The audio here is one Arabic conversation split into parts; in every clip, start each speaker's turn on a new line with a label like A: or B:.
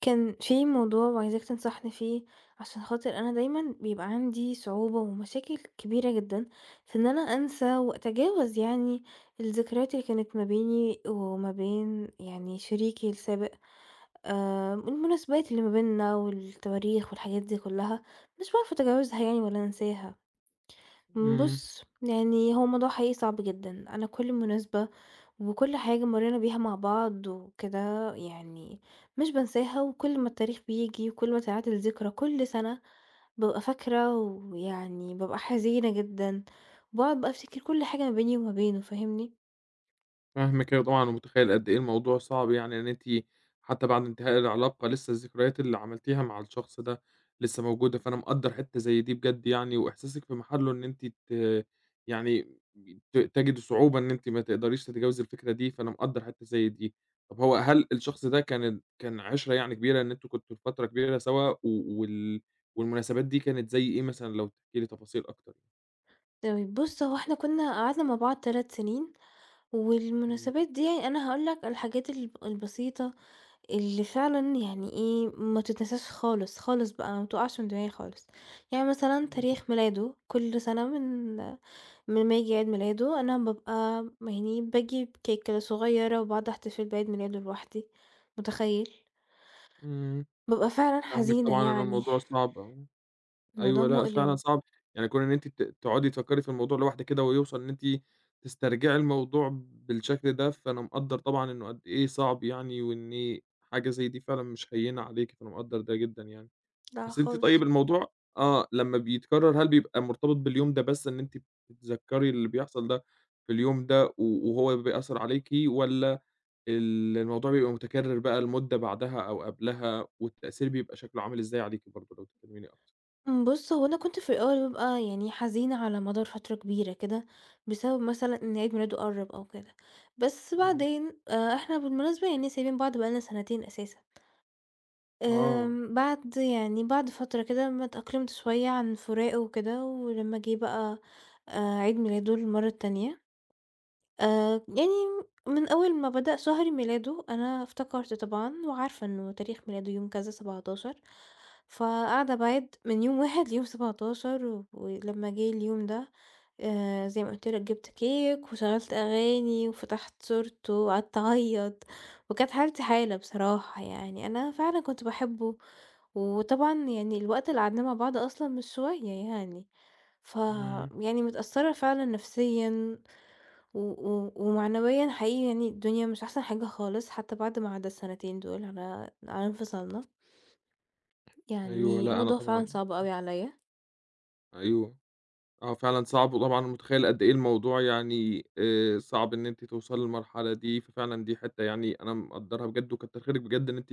A: كان في موضوع وعايزاك تنصحني فيه عشان خاطر انا دايما بيبقى عندي صعوبة ومشاكل كبيرة جدا في ان انا انسى واتجاوز يعني الذكريات اللي كانت ما بيني وما بين يعني شريكي السابق. المناسبات اللي ما بيننا والتواريخ والحاجات دي كلها مش بعرف اتجاوزها يعني ولا انساها.
B: إمم.
A: بُص، يعني هو الموضوع حقيقي صعب جدًا، أنا كل مناسبة وكل حاجة مرّينا بيها مع بعض وكده يعني مش بانساها، وكل ما التاريخ بييجي وكل ما تعاد الذكرى كل سنة بابقى فاكرة ويعني بابقى حزينة جدًا، وباقعد بقى أفتكر كل حاجة ما بيني وما بينه. فاهمني؟
B: فاهمِك أيوه طبعًا، ومتخيّل قد إيه الموضوع صعب يعني إن أنتِ حتى بعد انتهاء العلاقة لسه الذكريات اللي عملتيها مع الشخص ده لسه موجودة، فأنا مقدّر حتّة زي دي بجد يعني، وإحساسِك في محله إن أنتِ يعني تجدي صعوبة إن أنتِ ما تقدريش تتجاوزي الفكرة دي، فأنا مقدّر حتّة زي دي. طَب هو هل الشخص ده كان كان عِشرة يعني كبيرة إن أنتم كنتم لفترة كبيرة سوا، و وال والمناسبات دي كانت زي إيه مثلًا لو تحكي لي تفاصيل أكتر؟
A: طيب بُص، هو إحنا كنا قعدنا مع بعض 3 سنين،
B: إمم.
A: والمناسبات دي يعني أنا هاقول لك الحاجات البسيطة اللي فعلًا يعني إيه، ما تتنساش خالص، خالص بقى، ما بتقعش من دماغي خالص. يعني مثلًا
B: إمم.
A: تاريخ ميلاده، كل سنة من ما ييجي عيد ميلاده أنا بابقى يعني باجيب كيكة صغيّرة وباقعد أحتفل بعيد ميلاده لوحدي، متخيّل؟
B: إمم.
A: بابقى فعلًا
B: فاهمِك
A: حزينة
B: طبعًا إن
A: يعني،
B: الموضوع صعب.
A: الموضوع
B: أيوه، لأ فعلًا
A: مؤلم،
B: صعب، يعني كون إن أنتِ تقعدي تفكّري في الموضوع لوحدِك كده ويوصل إن أنتِ تسترجعي الموضوع بالشكل ده، فأنا مقدّر طبعًا إنه قد إيه صعب يعني، وإن حاجة زي دي فعلًا مش هيّنة عليكِ، فأنا مقدّر ده جدًا يعني.
A: لأ
B: بس أنتِ
A: خالص.
B: طيب الموضوع آه، لمّا بيتكرر هل بيبقى مرتبط باليوم ده بس إن أنتِ بتتذكّري اللي بيحصل ده في اليوم ده وهو بيأثّر عليكِ والّا الموضوع بيبقى متكرر بقى لمدة بعدها أو قبلها والتأثير بيبقى شكله عامل إزاي عليكِ برضه لو تكلميني أكتر؟
A: بُص، هو أنا كنت في الأول بابقى يعني حزينة على مدار فترة كبيرة كده، بسبب مثلًا إن عيد ميلاده قرّب أو كده، بس
B: إمم.
A: بعدين إحنا بالمناسبة يعني سايبين بعض بقى لنا سنتين أساسًا.
B: آه.
A: بعد يعني بعد فترة كده أمّا اتأقلمت شوية عن فراقه وكده، ولمّا جه بقى عيد ميلاده المرّة التانية، آآ، يعني من أول ما بدأ شهر ميلاده أنا افتكرت طبعًا وعارفة إنه تاريخ ميلاده يوم كذا 17، فقاعدة باعِد من يوم 1 ليوم 17 ولمّا جه اليوم ده، زي ما قُلت لك جِبت كيك وشغّلت أغاني وفتحت صورته وقعدت أعيّط، وكانت حالتي حالة بصراحة يعني، أنا فعلًا كنت باحبه، وطبعًا يعني الوقت اللي قعدناه مع بعض أصلًا مش شوية يعني. ف
B: إمم.
A: يعني متأثّرة فعلًا نفسيًا و و ومعنويًا حقيقي يعني الدنيا مش أحسن حاجة خالص، حتى بعد ما عدّى السنتين دول على انفصالنا،
B: أيوه.
A: يعني
B: لأ أنا
A: الموضوع فعلًا
B: طبعًا
A: صعب أوي عليَّ.
B: أيوه. آه فعلًا صعب، وطبعًا متخيّل قد إيه الموضوع يعني صعب إن أنتِ توصلي للمرحلة دي، ففعلًا دي حتّة يعني أنا مقدّرها بجد، وكتّر خيرِك بجد إن أنتِ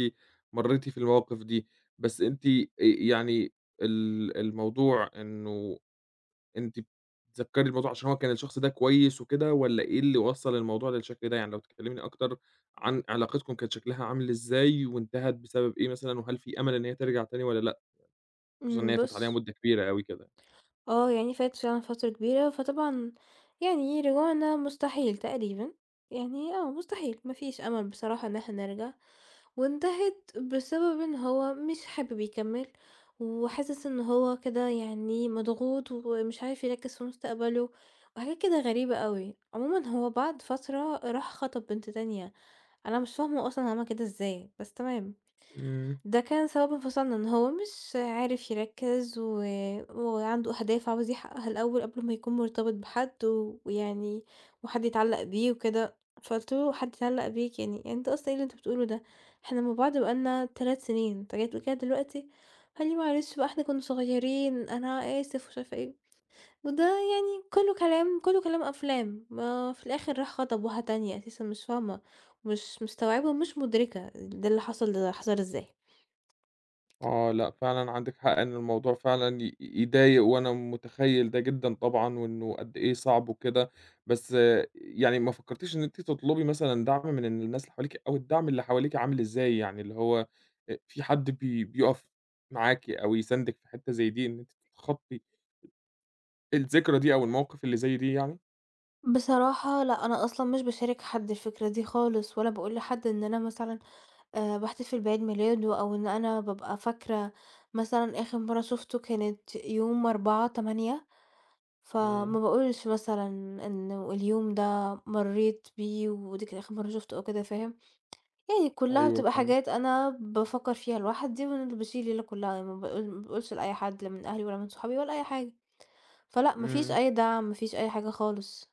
B: مرّيتِ في المواقف دي، بس أنتِ يعني الموضوع إنه أنتِ بتتذكّري الموضوع عشان هو كان الشخص ده كويس وكده، والّا إيه اللي وصّل الموضوع للشكل ده؟ يعني لو تكلّميني أكتر عن علاقتكم كان شكلها عامل إزاي، وانتهت بسبب إيه مثلًا، وهل في أمل إن هي ترجع تاني والّا لأ؟ خصوصًا إن
A: إمم،
B: هي فات عليها
A: بُص،
B: مدة كبيرة أوي كده.
A: آه، يعني فاتت فعلًا فترة كبيرة، فطبعًا يعني رجوعنا مستحيل تقريبًا، يعني آه، مستحيل ما فيش أمل بصراحة إن إحنا نرجع، وانتهت بسبب إن هو مش حابب يكمّل، وحاسس إن هو كده يعني مضغوط ومش عارف يركّز في مستقبله، وحاجات كده غريبة أوي. عمومًا هو بعد فترة راح خَطب بنت تانية، أنا مش فاهمة هو أصلًا عمل كده إزاي، بس تمام.
B: إمم.
A: ده كان سبب انفصالنا إن هو مش عارف يركّز وعنده أهداف عاوز يحقّقها الأول قبل ما يكون مرتبط بحد ويعني وحد يتعلّق بيه وكده، فقُلت له: "حد يتعلّق بيك يعني، أنت أصلًا إيه اللي أنت بتقوله ده؟ إحنا مع بعض بقى لنا 3 سنين، أنت جاي تقول كده دلوقتي؟" قال لي: "معلش بقى إحنا كُنّا صغيّرين، أنا آسف." ومش عارفة إيه، وده يعني كُلّه كلام أفلام، ما في الآخِر راح خَطب واحدة تانية أساسًا مش فاهمة، مش مستوعبة ومش مُدركة ده اللي حصل ده حصل إزاي.
B: آه، لأ فعلًا عندِك حق إن الموضوع فعلًا يضايق وأنا متخيّل ده جدًا طبعًا، وإنه قد إيه صعب وكده، بس يعني ما فكّرتيش إن أنتِ تطلبي مثلًا دعم من الناس اللي حواليكِ أو الدعم اللي حواليكِ عامل إزاي؟ يعني اللي هو في حد بيُقف معاكِ أو يساندِك في حتّة زي دي إن أنتِ تتخطّي الذكرى دي أو الموقف اللي زي دي يعني؟
A: بصراحة لأ، أنا أصلًا مش باشارك حد الفكرة دي خالص، ولا باقول لحد إن أنا مثلًا، باحتفل بعيد ميلاده، أو إن أنا بابقى فاكرة مثلًا آخر مرة شُفته كانت يوم 4/8، فما
B: إمم.
A: باقولش مثلًا إنه اليوم ده مرّيت بيه ودي كانت آخر مرة شُفته أو كده. فاهم؟ يعني كلّها
B: أيوه
A: بتبقى حاجات
B: فاهمِك.
A: أنا بافكّر فيها لوحدي وأنا اللي باشيل الليلة كلّها، يعني ما باقولش لأي حد لا من أهلي ولا من صحابي ولا أي حاجة، فلأ ما فيش
B: إمم.
A: أي دعم، ما فيش أي حاجة خالص.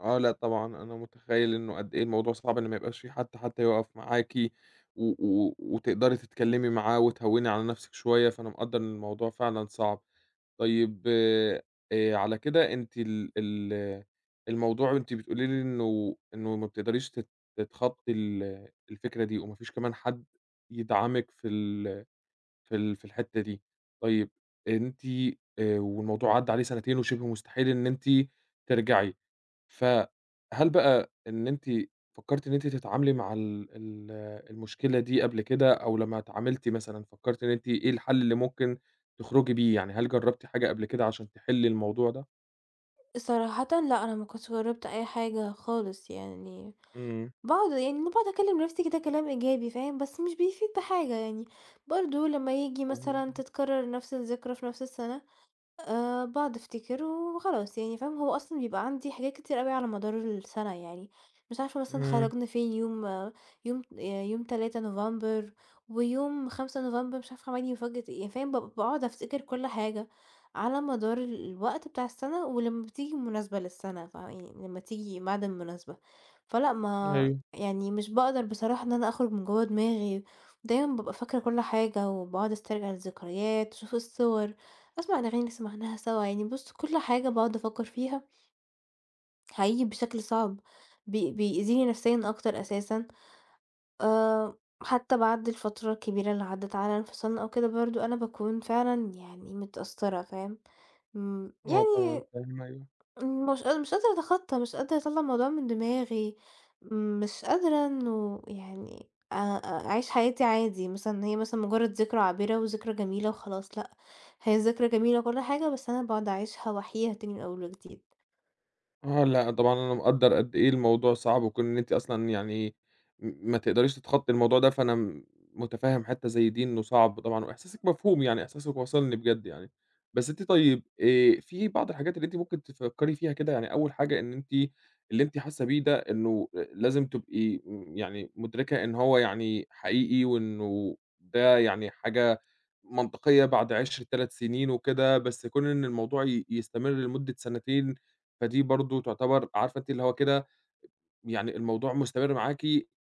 B: آه، لأ طبعًا، أنا متخيّل إنه قد إيه الموضوع صعب إن ما يبقاش في حد حتى يُقف معاكِ و و وتقدري تتكلّمي معاه وتهوّني على نَفْسِك شوية، فأنا مقدّر إن الموضوع فعلًا صعب. طيب على كده أنتِ ال ال الموضوع أنتِ بتقولي لي إنه ما بتقدريش تتخطّي الفكرة دي وما فيش كمان حد يدعمِك في الحتّة دي. طيب أنتِ والموضوع عدّى عليه سَنتين وشِبه مستحيل إن أنتِ ترجعي. فهل بقى إن أنتِ فكّرتِ إن أنتِ تتعاملي مع ال ال المشكلة دي قبل كده، أو لمّا اتعاملتِ مثلًا فكّرتِ إن أنتِ إيه الحل اللي ممكن تخرجي بيه، يعني هل جرّبتِ حاجة قبل كده عشان تحلّي الموضوع ده؟
A: صراحةً لأ، أنا ما كنتش جرّبت أي حاجة خالص يعني،
B: إمم.
A: باقعد أكلّم نفْسي كده كلام إيجابي فاهم، بس مش بيفيد بحاجة يعني، برضه لمّا ييجي
B: فاهمِك.
A: مثلًا تتكرّر نفْس الذكرى في نفْس السنة، باقعد أفتكر وخلاص يعني فاهم، هو أصلًا بيبقى عندي حاجات كتير أوي على مدار السنة يعني، مش عارفة مثلًا
B: إمم.
A: خرجنا فين يوم آه، يوم آه، يوم 3 نوفمبر ويوم 5 نوفمبر مش عارفة عملنا مفاجأة إيه، يعني فاهم، باقعد أفتكر كل حاجة على مدار الوقت بتاع السنة ولمّا بتيجي مناسبة للسنة، فيعني لمّا تيجي ميعاد المناسبة، فلأ ما
B: أيوه.
A: يعني مش باقدر بصراحة إن أنا أخرج من جوّه دماغي، دايمًا بابقى فاكرة كل حاجة وباقعد أسترجع الذكريات وأشوف الصور، أسمع الأغاني اللي سمعناها سوا، يعني بُص كل حاجة باقعد أفكّر فيها حقيقي بشكل صعب، بيأذيني نفسيًا أكتر أساسًا. حتى بعد الفترة الكبيرة اللي عدّت علينا انفصالنا أو كده برضه أنا باكون فعلًا يعني متأثّرة فاهم. إمم
B: آه طبعًا
A: يعني
B: فاهم، أيوه.
A: إمم، مش قادرة أتخطى، مش قادرة أطلّع الموضوع من دماغي، مش قادرة إنه يعني أ أ أعيش حياتي عادي، مثلًا هي مثلًا مجرد ذكرى عابرة وذكرى جميلة وخلاص، لأ، هي ذكرى جميلة وكل حاجة، بس أنا باقعد أعيشها وأحييها تاني من أول وجديد.
B: آه، لأ طبعًا أنا مقدّر قد إيه الموضوع صعب، وكون إن أنتِ أصلًا يعني ما تقدريش تتخطّي الموضوع ده، فأنا متفهّم حتّة زي دي إنه صعب طبعًا، وإحساسِك مفهوم يعني، إحساسِك واصلني بجد يعني. بس أنتِ طيب في بعض الحاجات اللي أنتِ ممكن تفكّري فيها كده، يعني أول حاجة إن أنتِ اللي أنتِ حاسّة بيه ده إنه لازم تبقي يعني مُدركة إن هو يعني حقيقي، وإنه ده يعني حاجة منطقية بعد عِشرة 3 سنين وكده، بس كون إن الموضوع يستمر لمدة سنتين فدي برضه تعتبر عارفة أنتِ اللي هو كده يعني الموضوع مستمر معاكِ،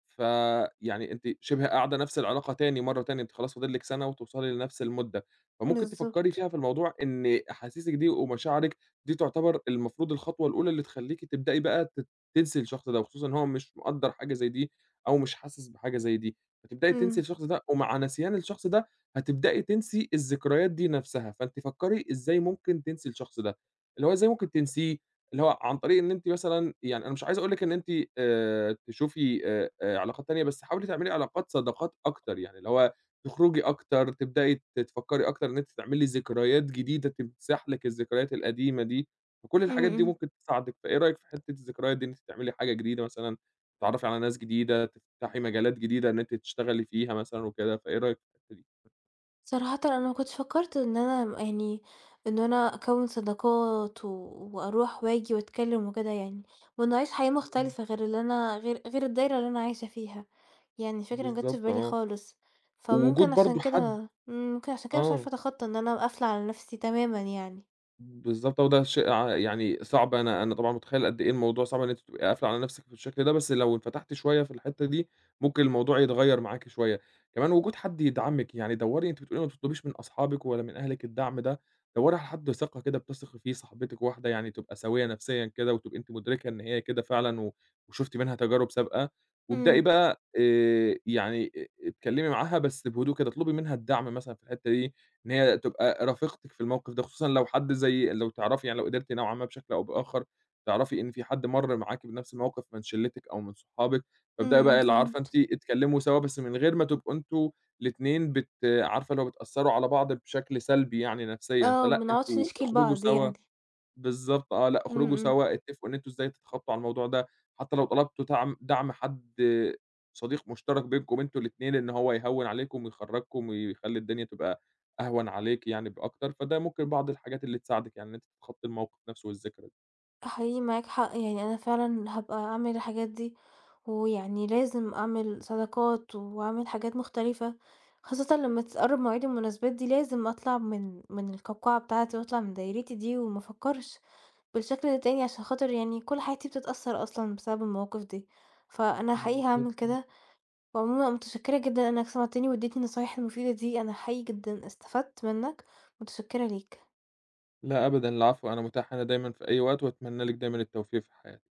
B: فيعني أنتِ شِبه قاعدة نفس العلاقة تاني مرّة تانية، أنتِ خلاص فاضل لِك سَنة وتوصلي لنفس المدة، فممكن تفكّري
A: بالضبط.
B: فيها في الموضوع إن أحاسيسِك دي ومشاعرِك دي تعتبر المفروض الخطوة الأولى اللي تخلّيكِ تبدئي بقى تنسي الشخص ده، وخصوصًا إن هو مش مقدّر حاجة زي دي أو مش حاسس بحاجة زي دي، فتبدئي تنسي
A: إمم،
B: الشخص ده، ومع نسيان الشخص ده هتبدئي تنسي الذكريات دي نفسها، فأنتِ فكّري إزاي ممكن تنسي الشخص ده، اللي هو إزاي ممكن تنسيه؟ اللي هو عن طريق إن أنتِ مثلًا يعني أنا مش عايز أقول لِك إن أنتِ تشوفي علاقات تانية، بس حاولي تعملي علاقات صداقات أكتر، يعني اللي هو تخرجي أكتر، تبدئي تفكّري أكتر إن أنتِ تعملي ذكريات جديدة تمسح لِك الذكريات القديمة دي، فكل
A: إمم،
B: الحاجات دي
A: إمم.
B: ممكن تساعدِك، فإيه رأيك في حتّة الذكريات دي إن أنتِ تعملي حاجة جديدة مثلًا، تتعرّفي على ناس جديدة، تفتحي مجالات جديدة إن أنتِ تشتغلي فيها مثلًا وكده، فإيه رأيك في الحتّة دي؟
A: صراحةً أنا ما كنتش فكّرت إن أنا يعني إن أنا أكوّن صداقات وأروح وآجي وأتكلّم وكده يعني، وإنّي أعيش حياة
B: إمم.
A: مختلفة غير الدايرة اللي أنا عايشة فيها، يعني الفكرة ما جاتش في
B: بالضبط
A: بالي
B: آه،
A: خالص، فممكن
B: ووجود
A: عشان
B: برضه حد
A: كده إمم، ممكن عشان كده مش عارفة
B: آه.
A: أتخطّى إن أنا قافلة على نَفْسي تمامًا يعني.
B: بالضبط هو ده شيء يعني صعب، أنا طبعًا متخيّل قد إيه الموضوع صعب إن أنتِ تبقي قافلة على نَفْسِك بالشكل ده، بس لو انفتحتِ شوية في الحتّة دي، ممكن الموضوع يتغيّر معاكِ شوية. كمان وجود حد يدعمِك، يعني دوّري أنتِ بتقولي ما بتطلبيش من أصحابِك ولا من أهلِك الدعم ده، دوّري على حد ثقة كده بتثقي فيه، صاحبتِك واحدة يعني تبقى سوية نفسيًا كده وتبقي أنتِ مُدركة إن هي كده فعلًا وشُفتِ منها تجارب سابقة، وابدئي
A: إمم،
B: بقى يعني اتكلّمي معاها بس بهدوء كده، اطلبي منها الدعم مثلًا في الحتّة دي، إن هي تبقى رفيقتِك في الموقف ده، خصوصًا لو حد زي لو تعرفي يعني لو قدرتِ نوعًا ما بشكل أو بآخر تعرفي إن في حد مَر معاكِ بنفس الموقف من شلتِك أو من صحابِك،
A: إمم،
B: فابدئي
A: إمم،
B: بقى اللي عارفة أنتِ
A: فهمت.
B: اتكلموا سوا، بس من غير ما تبقوا أنتم الاتنين عارفة اللي هو بتأثّروا على بعض بشكل سلبي يعني نفسيًا،
A: آه، ما
B: فلأ أنتم
A: نقعدش نشكي
B: اخرجوا
A: لبعض
B: سوا.
A: يعني.
B: بالضبط آه، لأ
A: إمم،
B: اخرجوا
A: إمم.
B: سوا، اتفقوا إن أنتم إزاي تتخطّوا على الموضوع ده، حتى لو طلبتوا دعم حد صديق مشترك بينكم أنتم الاتنين، إن هو يهوّن عليكم ويخرّجكم ويخلّي الدنيا تبقى أهون عليك يعني بأكتر، فده ممكن بعض الحاجات اللي تساعدِك يعني إن أنتِ تتخطّي الموقف نفسه والذكرى دي.
A: حقيقي معاك حق، يعني أنا فعلًا هابقى أعمل الحاجات دي، ويعني لازم أعمل صداقات وأعمل حاجات مختلفة، خاصةً لما تقرب مواعيد المناسبات دي لازم أطلع من القوقعة بتاعتي وأطلع من دايرتي دي وما أفكرش بالشكل ده تاني عشان خاطر يعني كل حياتي بتتأثر أصلًا بسبب المواقف دي، فأنا حقيقي هاعمل
B: بالضبط.
A: كده، وعمومًا متشكرة جدًا إنك سمعتني واديتني النصايح المفيدة دي، أنا حقيقي جدًا استفدت منك، متشكرة ليك.
B: لا أبدًا، العفو، أنا متاح هنا دايمًا في أي وقت وأتمنى لِك دايمًا التوفيق في حياتِك.